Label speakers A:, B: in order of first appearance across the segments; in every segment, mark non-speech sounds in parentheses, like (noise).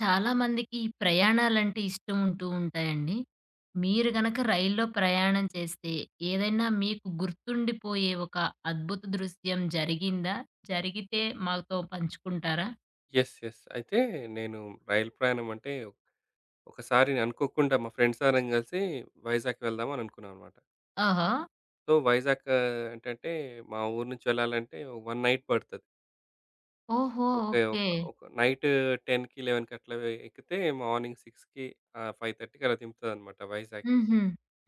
A: చాలా మందికి ఈ ప్రయాణాలంటే ఇష్టం ఉంటూ ఉంటాయండి. మీరు గనక రైల్లో ప్రయాణం చేస్తే, ఏదైనా మీకు గుర్తుండిపోయే ఒక అద్భుత దృశ్యం జరిగిందా? జరిగితే మాతో పంచుకుంటారా?
B: యెస్. యెస్. అయితే నేను రైలు ప్రయాణం అంటే ఒకసారి నేను అనుకోకుండా మా ఫ్రెండ్స్ అందరం కలిసి వైజాగ్ వెళ్దాం అని అనుకున్నాం అనమాట.
A: ఆహా!
B: సో, వైజాగ్ ఆ, ఏంటంటే మా ఊరు నుంచి వెళ్ళాలంటే 1 నైట్ పడతది.
A: ఓహో!
B: ఓకే.
A: ఓకే.
B: ఒక ఒక నైట్ 10:00కి, 11:00కి అట్లా ఎక్కితే మార్నింగ్ 6:00కి ఆహ్, 5:30కి అలా దింపుతదనమాట వైజాగ్.
A: హుహు.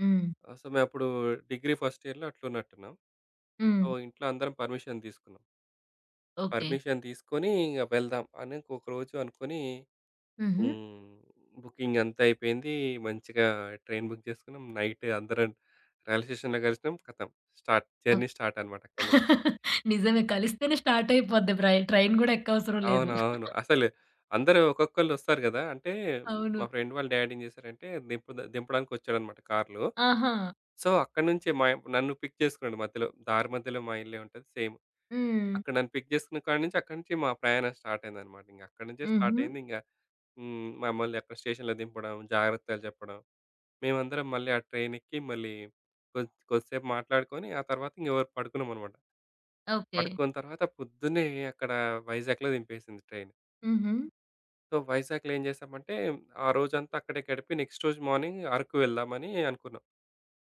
A: హ్మ్.
B: ఆహ్, సో, మేమప్పుడు డిగ్రీ ఫస్ట్ ఇయర్‌లో అట్లా ఉన్నట్టున్నాం.
A: హ్మ్.
B: సో, ఇంట్లో అందరం పర్మిషన్ తీసుకున్నాం.
A: ఓకే.
B: పర్మిషన్ తీసుకొని ఇంక వెళ్దాం అని ఒక రోజు అనుకోని
A: హుహు.
B: హ్మ్. బుకింగ్ అంతా అయిపోయింది. మంచిగా ట్రైన్ బుక్ చేసుకున్నాం. నైట్ అందరం రైల్వే స్టేషన్‌లో కలిసినాం. ఖతం స్టార్ట్.
A: ఓహ్!
B: జర్నీ స్టార్ట్ అన్నమాట అక్కడి నుంచి.
A: (laughs) నిజమే. కలిస్తేనే స్టార్ట్ అయిపోద్ది ప్రై ట్రైన్ గూడా ఎక్కవసరం లేదు.
B: అవును. అవును. అసలు అందరూ ఒక్కొక్కళ్ళు వస్తారు గదా! అంటే
A: అవును.
B: మా ఫ్రెండ్ వాళ్ళ డాడీ ఏం చేశారంటే దింపడానికి వచ్చాడన్నమాట కార్‌లో.
A: ఆహా!
B: సో, అక్కడి నుంచే నన్ను పిక్ చేసుకున్నాడు మధ్యలో. దారి మధ్యలో మా ఇల్లే ఉంటది సేమ్.
A: హ్మ్.
B: అక్కడ నన్ను పిక్ చేసుకున్న కాడి నుంచి అక్కడి నుంచి మా ప్రయాణం స్టార్ట్ అయిందన్నమాట. ఇంక అక్కడి నుంచే స్టార్ట్
A: హుహు.
B: అయింది. ఇంగ హ్మ్. మమ్మల్ని అక్కడ స్టేషన్‌లో దింపడం, జాగ్రత్తలు చెప్పడం. మేమందరం మళ్ళీ ఆ ట్రైన్ ఎక్కి మళ్ళీ కొద్దిసేపు మాట్లాడుకొని, ఆ తర్వాత ఇంకెవరు పడుకున్నామనమాట.
A: ఓకే.
B: పడుకున్న తర్వాత పొద్దున్నే అక్కడ వైజాగ్‌లో దింపేసింది ట్రైన్.
A: హుహు.
B: సో, వైజాగ్‌లో ఏం చేశామంటే, ఆ రోజంతా అక్కడే గడిపి నెక్స్ట్ రోజు మార్నింగ్ అరకు వెళ్దామని అనుకున్నాం.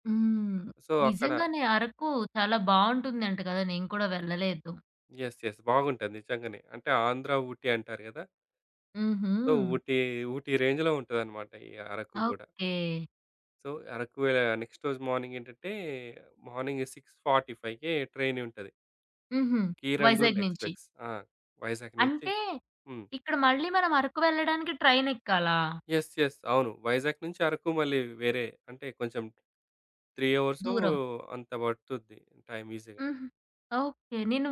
A: హ్మ్.
B: సో, అక్కడ
A: నిజంగానే అరకు చాలా బావుంటుందంట కదా! నేను కూడా వెళ్ళలేదు.
B: యెస్. యెస్. బాగుంటది నిజంగానే. అంటే ఆంధ్ర, ఊటీ అంటారు గదా!
A: హుహు.
B: సో, ఊటీ రేంజ్‌లో ఉంటదనమాట ఈ అరకు గూడా.
A: ఓకే.
B: సో, అరకు నెక్స్ట్ రోజు మార్నింగ్ ఏంటంటే, మార్నింగ్ 6:45కే ట్రైన్ ఉంటది.
A: హుహు.
B: కీరండూల్
A: వైజాగ్ నుంచి.
B: ఎక్స్‌ప్రెస్. ఆ! వైజాగ్ నుంచి
A: అంటే
B: హ్మ్.
A: ఇక్కడ మళ్ళీ మనం అరకు వెళ్ళడానికి ట్రైన్ ఎక్కాలా?
B: యెస్. యెస్. అవును. వైజాగ్ నుంచి అరకు మళ్ళీ వేరే అంటే కొంచెం 3 అవర్సో
A: దూరం.
B: అంత పట్టుద్ది టైమ్ ఈజీగా.
A: హుహు. ఓకే. నేను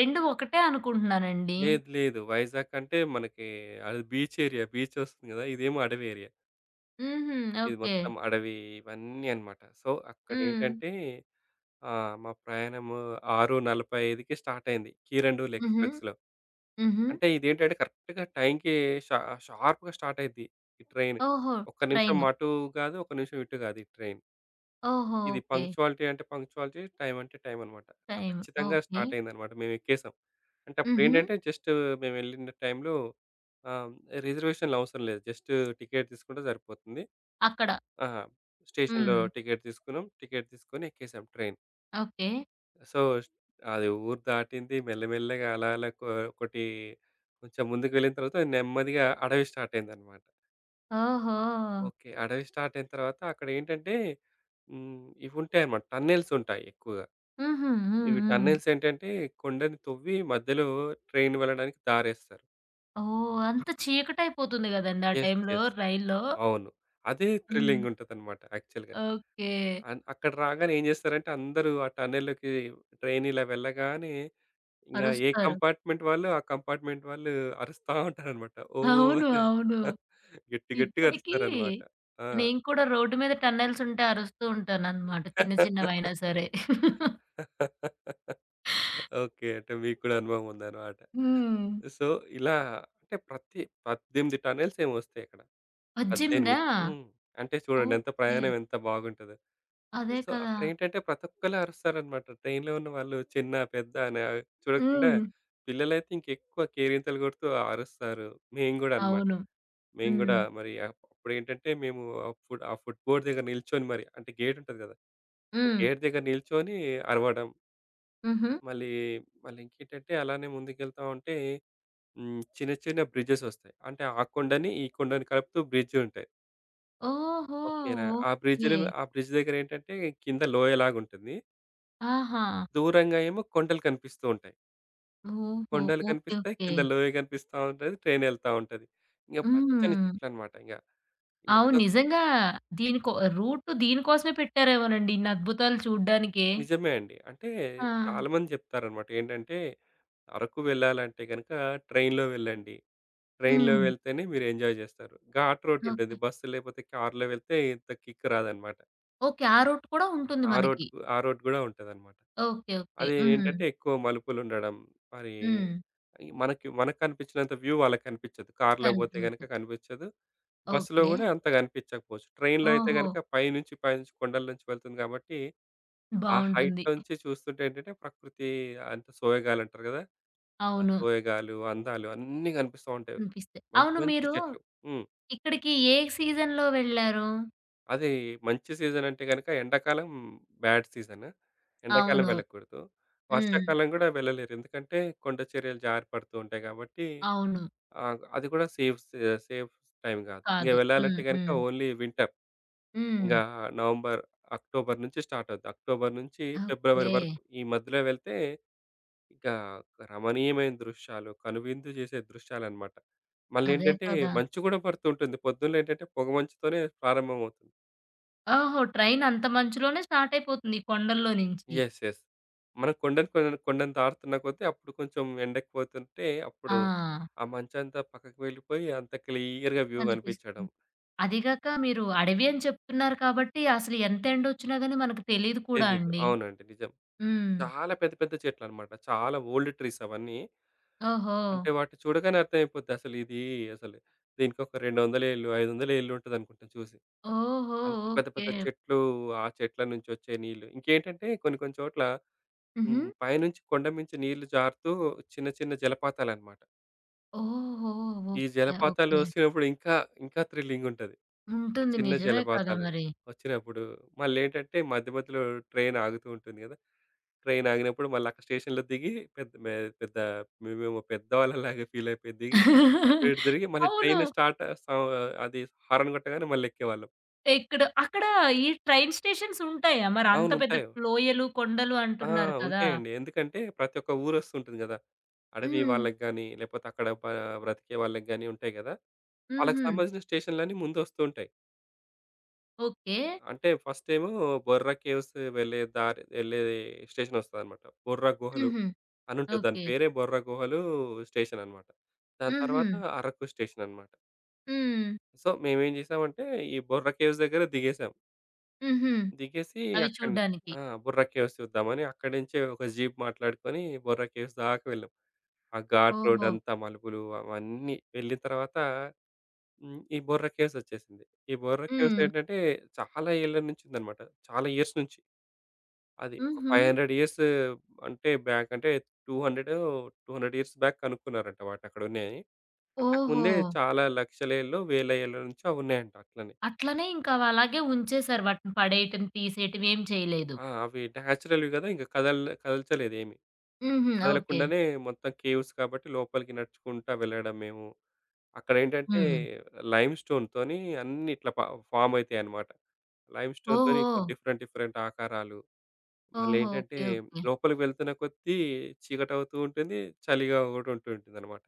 A: 2 ఒకటే అనుకుంటున్నానండి.
B: లేదు. లేదు. వైజాగ్ అంటే మనకి అది బీచ్ ఏరియా. బీచ్ వస్తుంది కదా! ఇదేమో అడవి ఏరియా.
A: హుహు.
B: ఇది
A: ఓకే.
B: మొత్తం అడవి ఇవన్నీ అన్నమాట. సో,
A: హ్మ్.
B: అక్కడేంటంటే ఆహ్, మా ప్రయాణము 6:45కి స్టార్ట్ అయింది. కీరండూల్
A: హుహు.
B: ఎక్స్‌ప్రెస్‌లో.
A: హుహు.
B: అంటే ఇదేంటంటే కరెక్ట్‌గా టైంకి షా షార్ప్‌గా స్టార్ట్ అయిద్ది ఈ ట్రైన్.
A: ఓహో!
B: ఒక్క నిమిషం
A: ట్రైను.
B: అటు కాదు, ఒక్క నిమిషం ఇటు కాదు ఈ ట్రైన్.
A: ఓహో!
B: ఇది
A: ఓకే.
B: పంక్చువాలిటీ అంటే పంక్చువాలిటీ, టైం అంటే టైం అనమాట. So,
A: time.
B: ఖచ్చితంగా
A: ఓకే.
B: స్టార్ట్ అయిందనమాట. మేము ఎక్కేసాం. అంటే
A: హుహు.
B: అప్పుడేంటంటే జస్ట్ మేము వెళ్ళిన టైంలో ఆహ్, రిజర్వేషన్‌లు అవసరం లేదు. జస్ట్ టికెట్ తీసుకుంటే సరిపోతుంది.
A: అక్కడ.
B: ఆ! స్టేషన్‌లో
A: హ్మ్.
B: టికెట్ తీసుకున్నాం. టికెట్ తీసుకొని ఎక్కేసాం ట్రైన్.
A: ఓకే.
B: సో, అది ఊరు దాటింది. మెల్లమెల్లగా అలా అలా ఒకటి కొంచెం ముందుకు వెళ్ళిన తర్వాత నెమ్మదిగా అడవి స్టార్ట్ అయిందనమాట.
A: ఓహో!
B: ఓకే. అడవి స్టార్ట్ అయిన తర్వాత అక్కడేంటంటే హ్మ్. ఇవుంటాయన్నమాట. టన్నెల్స్ ఉంటాయి ఎక్కువగా.
A: హుహు. హ్మ్.
B: ఇవి
A: హ్మ్.
B: టన్నెల్స్ ఏంటంటే కొండని తవ్వి మధ్యలో ట్రైన్ వెళ్ళడానికి దారేస్తారు.
A: ఓహ్! అంత చీకటైపోతుంది గదండీ ఆ
B: యెస్.
A: టైంలో
B: యెస్.
A: రైల్లో.
B: అవును. అదే
A: హ్మ్.
B: థ్రిల్లింగ్ ఉంటదనమాట యాక్చువల్‌గా.
A: ఓకే.
B: అక్కడ రాగానే ఏం చేస్తారంటే అందరూ ఆ టన్నెల్‌లోకి ట్రైన్ ఇలా వెళ్ళగానే ఇంగా ఏ
A: అరుస్తారు.
B: కంపార్ట్‌మెంట్ వాళ్ళు, ఆ కంపార్ట్‌మెంట్ వాళ్ళు అరుస్తా ఉంటారనమాట.
A: అవును.
B: ఓహ్!
A: అవును.
B: (laughs) గట్టి గట్టిగా
A: ఇప్పటికీ
B: అరుస్తారనమాట. ఆ!
A: నేను కూడా రోడ్డు మీద టన్నెల్సుంటే అరుస్తూ ఉంటాననమాట. చిన్న చిన్నవైనా సరే.
B: ఓకే. అంటే మీకు కూడా అనుభవం ఉందనమాట.
A: హ్మ్.
B: సో, ఇలా అంటే ప్రతి 18 టన్నెల్స్ ఏమో వస్తాయి అక్కడ.
A: వజ్జిందా?
B: 18 హ్మ్. అంటే చూడండి ఎంత
A: ఓకే.
B: ప్రయాణం ఎంత బాగుంటదో.
A: అదే
B: సో,
A: కదా!
B: అక్కడేంటంటే ప్రతి ఒక్కళ్ళు అరుస్తారనమాట. ట్రైన్‌లో ఉన్న వాళ్ళు చిన్న, పెద్ద అని చూడకుండా
A: హ్మ్.
B: పిల్లలైతే ఇంకెక్కువ కేరింతలు కొడుతూ అరుస్తారు. మేము గూడా అనమాట.
A: అవును.
B: మేము
A: హ్మ్.
B: గూడా మరి అప్పుడేంటంటే మేము ఆ ఫుడ్ బోర్డ్ దగ్గర నిల్చొని మరి అంటే గేట్ ఉంటది గదా! ఆ
A: హ్మ్.
B: గేట్ దగ్గర నిల్చొని అరవడం.
A: హుహు.
B: మళ్ళీ, మళ్ళీ ఇంకేంటంటే అలానే ముందుకెళ్తా ఉంటే హ్మ్. చిన్న చిన్న బ్రిడ్జెస్ ఒస్తాయి. అంటే ఆ కొండని, ఈ కొండని కలుపుతూ బ్రిడ్జ్ ఉంటాయి.
A: ఓహో!
B: ఓకేనా.
A: ఓకే.
B: ఆ బ్రిడ్జ్ దగ్గరేంటంటే కింద లోయలాగుంటుంది.
A: ఆహా!
B: దూరంగా ఏమో కొండలు కనిపిస్తూ ఉంటాయి.
A: ఓహో!
B: కొండలు
A: ఓకే.
B: కనిపిస్తాయి.
A: ఓకే.
B: కింద లోయ కనిపిస్తా ఉంటది. ట్రైన్ ఎళ్తా ఉంటది. ఇంక పచ్చని
A: హ్మ్.
B: చెట్లనమాట ఇంగ. ఇంగ
A: అవును.
B: అదొక
A: నిజంగా దీనికొ రూట్ దీనికోసమే పెట్టారేమోనండి. ఇన్ని అద్భుతాలు చూడ్డానికే.
B: నిజమే అండి. అంటే
A: ఆ!
B: చాలామంది చెప్తారనమాట. ఏంటంటే, అరకు వెళ్ళాలంటే గనక ట్రైన్‌లో వెళ్ళండి. ట్రైన్‌లో
A: హ్మ్.
B: వెళ్తేనే మీరు ఎంజాయ్ జేస్తారు. Ghat road
A: okay.
B: ఉంటుంది. బస్సు లేకపోతే కార్‌లో వెళ్తే ఇంత కిక్ రాదనమాట.
A: ఓకే. ఆ రూట్ కూడా ఉంటుంది మనకి.
B: ఆ రోడ్ గూడా ఉంటదనమాట.
A: ఓకే. ఓకే.
B: అది
A: హ్మ్.
B: ఏంటంటే ఎక్కువ మలుపులుండడం, మరి
A: హ్మ్.
B: ఈ మనకు కనిపించినంత వ్యూ వాళ్ళకి కనిపించదు. కార్‌లో పోతే గనక
A: కనిపించదు.
B: కనిపించదు. బస్సులో
A: ఓకే.
B: గూడా అంత కనిపించకపోవచ్చు. ట్రైన్‌లో అయితే
A: ఓహో!
B: గనక పైనుంచి కొండల నుంచి వెళ్తుంది గాబట్టి ఆ హైట్
A: బావుంటుంది.
B: నుంచి చూస్తుంటే ఏంటంటే ప్రకృతి అంత సోయగాలు అంటారు కదా! ఆ
A: అవును.
B: సోయగాలు, అందాలు అన్నీ కనిపిస్తా ఉంటాయి.
A: అనిపిస్తాయి.
B: మంచి
A: అవును.
B: మంచి
A: మీరు
B: చెట్లు. హ్మ్.
A: ఇక్కడికి ఏ సీజన్‌లో వెళ్లారు?
B: అది మంచి సీజన్ అంటే గనుక ఎండాకాలం బ్యాడ్ సీజన్. ఎండాకాలం
A: అవును.
B: వెళ్ళకూడదు.
A: హ్మ్.
B: వర్షాకాలం గూడా వెళ్ళలేరు. ఎందుకంటే కొండ చర్యలు జారి పడుతూ ఉంటాయి కాబట్టి
A: అవును.
B: ఆహ్, అది కూడా సేఫ్ టైమ్ గాదు. ఇంక
A: కాదు.
B: వెళ్ళాలంటే
A: హ్మ్.
B: గనుక
A: హ్మ్.
B: Only winter.
A: హ్మ్.
B: ఇంగా నవంబర్, అక్టోబర్ నుంచి స్టార్ట్ అవుద్ది. అక్టోబర్ నుంచి
A: ఓకే.
B: ఫిబ్రవరి వరకు ఈ మధ్యలో వెళ్తే ఇంకా రమణీయమైన దృశ్యాలు, కనువిందు చేసే దృశ్యాలనమాట.
A: అదే
B: మళ్ళేంటంటే,
A: కదా!
B: మంచు గూడా పడుతుంటుంది. పొద్దున్నేంటంటే, పొగ మంచుతోనే ప్రారంభమవుతుంది.
A: ఓహో! ట్రైన్ అంత మంచులోనే స్టార్ట్ అయిపోతుంది. ఈ కొండల్లో నుంచి.
B: యెస్. యెస్. మనం కొండను దాటుతున్న కొద్దీ అప్పుడు కొంచెం ఎండెక్కువవుతుంటే, అప్పుడు
A: ఆ!
B: ఆ మంచంతా పక్కకు వెళ్ళిపోయి, అంత క్లియర్‌గా వ్యూ కనిపిచ్చడం.
A: కనిపిస్తుంది. అదీగాక మీరు అడవి అని చెప్తున్నారు కాబట్టి అసలు ఎంత ఎండొచ్చినా గాని మనకు తెలీదు కూడా
B: తెలీదు.
A: అండి.
B: అవునండి. నిజం.
A: హ్మ్.
B: చాలా పెద్ద పెద్ద చెట్లనమాట. చాలా ఓల్డ్ ట్రీస్ అవన్నీ.
A: ఓహో!
B: అంటే, వాటిని చూడగానే అర్థమైపోద్ది. అసలు దీనికొక 200 ఏళ్ళు, 500 ఏళ్ళు ఉంటదనుకుంటాం చూసి.
A: ఓహో!
B: అంత పెద్ద పెద్ద
A: ఓకే.
B: చెట్లు, ఆ చెట్ల నుంచొచ్చే నీళ్ళు. ఇంకేంటంటే కొన్ని కొన్ని చోట్ల
A: హుహు.
B: హ్మ్. పైనుంచి కొండ మించి నీళ్లు జారుతూ చిన్న చిన్న జలపాతాలనమాట.
A: ఓహో!
B: ఈ
A: ఓకే.
B: జలపాతాలు
A: ఓకే.
B: ఒచ్చినప్పుడు ఇంకా, ఇంకా థ్రిల్లింగుంటది. ఆ
A: ఉంటుంది.
B: చిన్న
A: నిజమే కదా
B: జలపాతాలు
A: మరి.
B: ఒచ్చినప్పుడు మళ్ళేంటంటే మధ్య మధ్యలో ట్రైన్ ఆగుతూ ఉంటుంది గదా! ట్రైన్ ఆగినప్పుడు మళ్ళీ అక్కడ స్టేషన్‌లో దిగి పెద్ద మేమేమో పెద్దవాళ్ళలాగా ఫీలయిపోయి దిగి అటు ఇటు తిరిగి మళ్ళీ
A: అవును.
B: ట్రైన్ స్టార్ట్ సౌ అది హారన్ కొట్టగానే మళ్ళెక్కేవాళ్ళం.
A: ఇక్కడ అక్కడ ఈ ట్రైన్ స్టేషన్స్ ఉంటాయా? మరి అంత
B: అవును.
A: పెద్ద
B: ఉంటాయి.
A: లోయలు, కొండలు
B: ఆ!
A: అంటున్నారు కదా!
B: ఉంటాయండి. ఎందుకంటే ప్రతి ఒక్క ఊరొస్తుంటుంది గదా! అడవి
A: హ్మ్.
B: వాళ్ళకి గాని, లేపోతే అక్కడ బ్రతికే వాళ్ళకి గాని ఉంటాయి గదా! వాళ్ళకి
A: హుహు.
B: సంబంధించిన స్టేషన్‌లన్నీ ముందొస్తూ ఉంటాయి.
A: ఓకే.
B: అంటే ఫస్టేమో బొర్రా కేవ్స్ వెళ్ళే స్టేషనొస్తదనమాట. బొర్రా గుహలు
A: హుహు.
B: అనుంటది. దాని
A: ఓకే.
B: పేరే బొర్రా గుహలు స్టేషననమాట. దాని
A: హుహు.
B: తర్వాత అరకు స్టేషననమాట.
A: హ్మ్.
B: సో, మేమేం జేసామంటే ఈ బొర్రా కేవ్స్ దగ్గర దిగేసాం.
A: హుహు.
B: దిగేసి
A: అవి
B: అక్కడి నుంచి
A: చూడ్డానికి.
B: ఆ! బొర్రా కేవ్స్ చూద్దామని అక్కడి నుంచే ఒక జీప్ మాట్లాడుకొని బొర్రా కేవ్స్ దాకా వెళ్ళాం. ఆ ఘాట్ రోడ్
A: ఓహో!
B: అంతా మలుపులు అవన్నీ వెళ్ళిన తర్వాత హ్మ్. ఈ బొర్రా కేవ్స్ వచ్చేసింది. ఈ బొర్రా కేవ్స్
A: హ్మ్.
B: ఏంటంటే చాలా ఏళ్ల నుంచి ఉందన్నమాట. చాలా ఇయర్స్ నుంచి. అది ఒక
A: హుహు.
B: 500 ఇయర్స్ అంటే బ్యాక్ అంటే 200 200 ఇయర్స్ బ్యాక్ కనుక్కున్నారంట వాటి అక్కడ ఉన్నాయని.
A: ఓహో!
B: అంతకుముందే చాలా లక్షల ఏళ్ళు, వేల ఏళ్ల నుంచి అవి ఉన్నాయంట అట్లనే.
A: అట్లనే ఇంకా అవలాగే ఉంచేసారు. వాటిని పడేయటం, తీసేయటం ఏం చేయలేదు.
B: ఆ! అవి నేచురల్‌వి కదా! ఇంక కదల్చలేదేమి.
A: హుహు. ఓకే.
B: కదలకుండానే మొత్తం కేవ్స్ కాబట్టి లోపలికి నడుచుకుంటా వెళ్ళడం మేము. అక్కడేంటంటే
A: హ్మ్.
B: లైమ్ స్టోన్‌తోని అన్నీ ఇట్లా ఫార్మ్ అయితాయన్నమాట. లైమ్ స్టోన్‌తోని
A: ఓహో!
B: డిఫరెంట్ డిఫరెంట్ ఆకారాలు.
A: ఓహో!
B: మళ్ళేంటంటే
A: ఓకే. ఓకే.
B: లోపలికి వెళ్తున్న కొద్దీ చీకటవుతూ ఉంటుంది. చలిగా కూడా ఉంటూ ఉంటుందన్నమాట.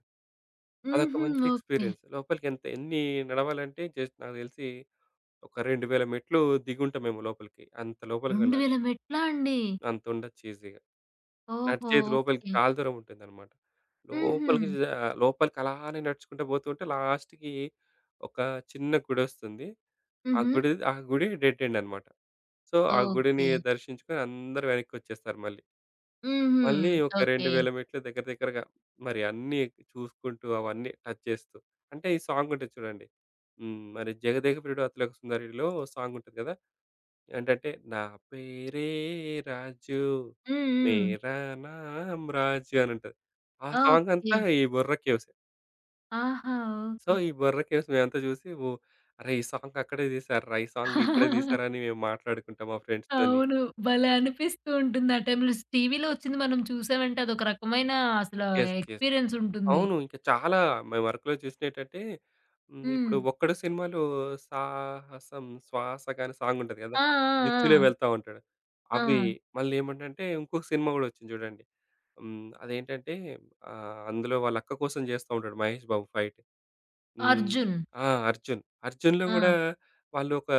B: అదొక
A: హుహు.
B: మంచి
A: ఓకే.
B: ఎక్స్‌పీరియన్స్. లోపలికి ఎంత ఎన్ని నడవాలంటే జస్ట్ నాకు తెలిసి ఒక 2000 మెట్లు దిగుంటాం మేము లోపలికి. అంత లోపలికి వెళ్ళాలి.
A: 2000 మెట్లా అండి?
B: అంతుండొచ్చు ఈజీగా.
A: ఓహో!
B: నడిచేది లోపలికి
A: ఓకే.
B: చాలా దూరం ఉంటుందన్నమాట.
A: హుహు.
B: లోపలికి జ లోపలికి అలానే నడుచుకుంటూ పోతుంటే లాస్ట్‌కి ఒక చిన్న గుడొస్తుంది.
A: హుహు.
B: ఆ గుడి డెడ్ ఎండ్ అన్నమాట. సో, ఆ గుడిని
A: ఓకే.
B: దర్శించుకొని అందరూ వెనక్కొచ్చేస్తారు మళ్ళీ.
A: హుహు.
B: మళ్ళీ ఒక
A: ఓకే.
B: 2000 మెట్లు దగ్గర దగ్గరగా మరి అన్నీ చూసుకుంటూ అవన్నీ టచ్ చేస్తూ. అంటే ఈ సాంగ్ ఉంటది చూడండి. హ్మ్. మరి 'జగదేక ప్రియుడు అతిలోక సుందరి'లో సాంగ్ ఉంటది కదా! ఏంటంటే, పేరే రాజు
A: హ్మ్. హ్మ్.
B: మేరా నామ్ రాజు అని ఉంటది. ఆ సాంగ్
A: ఓకే.
B: అంతా ఈ బొర్ర కేవ్సే.
A: ఆహా!
B: So,
A: okay.
B: ఈ బొర్ర కేవ్స్ మేమంతా చూసి ఓహ్! అరే! ఈ సాంగ్ అక్కడే తీశార్రా, ఈ సాంగ్ ఇక్కడే
A: (laughs)
B: తీశారని మేము మాట్లాడుకుంటాం మా ఫ్రెండ్స్‌తోని.
A: అవును. భలే అనిపిస్తూ ఉంటుంది. ఆ టైంలో టీవీలో వచ్చింది మనం చూసామంటే అదొక రకమైన అసల
B: యెస్. యెస్.
A: ఎక్స్‌పీరియన్స్ ఉంటుంది.
B: అవును. ఇంకా చాలా మేము అరకులో చూసినేంటంటే హ్మ్.
A: హ్మ్.
B: ఇప్పుడు 'ఒక్కడు' సినిమాలో 'సాహసం శ్వాస' గాని సాంగ్ ఉంటది కదా!
A: ఆ! ఆ!
B: జిప్సీలో వెళ్తా ఉంటాడు.
A: ఆ!
B: అవి
A: ఆ!
B: మళ్ళీ ఏమంటంటే ఇంకొక సినిమా కూడా వచ్చింది చూడండి. హ్మ్. అదేంటంటే ఆహ్, అందులో వాళ్ళ అక్క కోసం చేస్తా ఉంటాడు మహేష్ బాబు ఫైట్. హ్మ్.
A: 'అర్జున్.'
B: ఆ! 'అర్జున్'. 'అర్జున్‌లో' గూడా
A: ఆ!
B: వాళ్ళు ఒక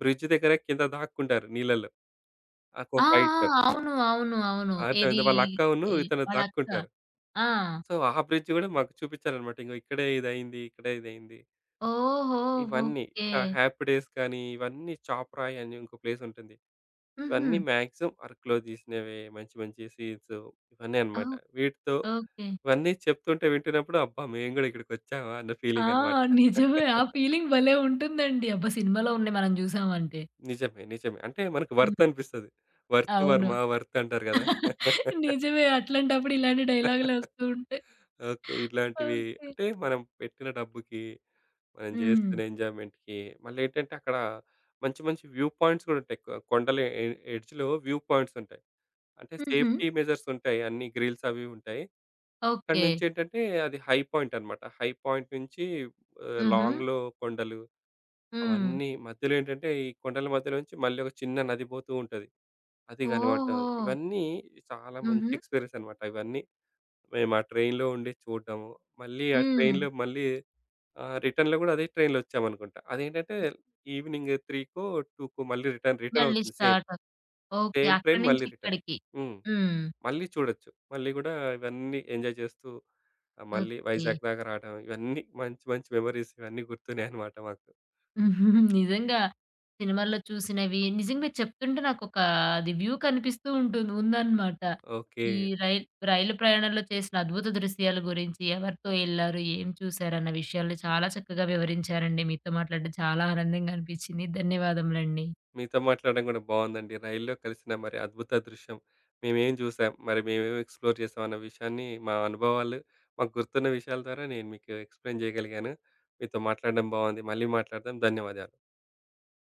B: బ్రిడ్జ్ దగ్గర కింద దాక్కుంటారు నీళ్ళలో. ఆ ఒక
A: ఆ!
B: ఫైట్‌లో.
A: ఆ! అవును. అవును. అవును. ఏది
B: అర్థమైందా? వాళ్ళ అక్కను
A: ఈ
B: ఇతను
A: వాళ్ళ అక్క.
B: దాక్కుంటారు.
A: ఆ!
B: సో, ఆ బ్రిడ్జ్ గూడా మాకు చూపించారనమాట. ఇగో ఇక్కడే ఇదయింది. ఇక్కడే ఇదయింది.
A: ఓహో!
B: ఇవన్నీ
A: ఓకే.
B: ఆ! 'హ్యాపీ డేస్' కానీ ఇవన్నీ 'చాప్రాయ్' అని ఇంకో ప్లేస్ ఉంటుంది.
A: హుహు.
B: ఇవన్నీ మాక్సిమం అరకులో తీసినవే మంచి మంచి సీన్స్ ఇవన్నీ
A: ఓ
B: అన్నమాట. వీటితో
A: ఓకే.
B: ఇవన్నీ చెప్తుంటే వింటున్నప్పుడు అబ్బా! మేము గూడా ఇక్కడికొచ్చామా అన్న
A: ఆ!
B: ఫీలింగ్ అన్నమాట.
A: నిజమే. ఆ ఫీలింగ్ భలే ఉంటుందండి. అబ్బా! సినిమాలో ఉన్నయి మనం చూసామంటే.
B: నిజమే. నిజమే. అంటే మనకు
A: హ్మ్.
B: వర్త్ అనిపిస్తది.
A: అవును.
B: వర్త్ అంటారు గదా!
A: (laughs) నిజమే. అట్లాంటప్పుడు ఇలాంటి డైలాగులొస్తూ ఉంటే
B: ఓకే. ఇట్లాంటివి
A: ఓకే.
B: అంటే మనం పెట్టిన డబ్బుకి, మనం
A: హ్మ్.
B: జేస్తున్న ఎంజాయ్‌మెంట్‌కి మళ్ళేంటంటే అక్కడ మంచి మంచి వ్యూ పాయింట్స్ గూడా ఉంటాయి. కొండల ఎడ్జ్‌లో వ్యూ పాయింట్స్ ఉంటాయి. అంటే
A: హుహు.
B: సేఫ్టీ మెజర్స్ ఉంటాయి. అన్ని గ్రిల్స్ అవి ఉంటాయి. అక్కడి
A: ఓకే.
B: నుంచేంటంటే అది హై పాయింట్ అన్నమాట. హై పాయింట్ నుంచి ఆహ్,
A: హుహు.
B: లాంగ్‌లో కొండలు
A: హ్మ్.
B: అవన్నీ మధ్యలో ఏంటంటే, ఈ కొండల మధ్యలోంచి మళ్ళీ ఒక చిన్న నది పోతూ ఉంటది. అది కనపడడం.
A: ఓహో!
B: ఇవన్నీ చాలా మంచి
A: హుహు.
B: ఎక్స్‌పీరియన్స్ అనమాట. ఇవన్నీ మేము ఆ ట్రైన్‌లో ఉండి చూడడము. మళ్ళీ ఆ
A: హ్మ్.
B: ట్రైన్‌లో మళ్ళీ ఆహ్, రిటర్న్‌లో కూడా అదే ట్రైన్‌లో వచ్చామనుకుంటా. అదేంటంటే ఈవినింగ్ 3కో, 2కో మళ్ళీ రిటర్న్ రిటర్న్
A: మళ్ళీ
B: అవుతుంది same.
A: Start. Okay.
B: Same train
A: అక్కడి నుంచి
B: మళ్ళీ రిటర్న్.
A: ఇక్కడికి.
B: హ్మ్.
A: హ్మ్.
B: మళ్ళీ చూడొచ్చు. మళ్ళీ కూడా ఇవన్నీ ఎంజాయ్ చేస్తూ ఆహ్, మళ్ళీ
A: ఓకే.
B: వైజాగ్ దాకా రావడం. ఇవన్నీ మంచి మంచి మెమోరీస్ ఇవన్నీ గుర్తున్నాయన్నమాట మాకు.
A: నిజంగా సినిమాల్లో చూసినవి నిజంగా మీరు చెప్తుంటే నాకొక అది వ్యూ కనిపిస్తూ ఉంటుంది ఉందన్నమాట.
B: ఓకే.
A: ఈ రైల్ రైలు ప్రయాణంలో చేసిన అద్భుత దృశ్యాల గురించి, ఎవరితో ఎళ్లారు, ఏం చూసారన్న విషయాలు చాలా చక్కగా వివరించారండి. మీతో మాట్లాడడం చాలా ఆనందంగా అనిపించింది. ధన్యవాదములండి.
B: మీతో మాట్లాడడం కూడా బాగుందండి. రైల్లో కలిసిన మరి అద్భుత దృశ్యం. మేమేం చూసాం, మరి మేమేం ఎక్స్‌ప్లోర్ చేసాం అన్న విషయాన్ని మా అనుభవాలు, మాకు గుర్తున్న విషయాల ద్వారా నేను మీకు ఎక్స్‌ప్లెయిన్ చేయగలిగాను. మీతో మాట్లాడడం బాగుంది. మళ్ళీ మాట్లాడదాం. ధన్యవాదాలు.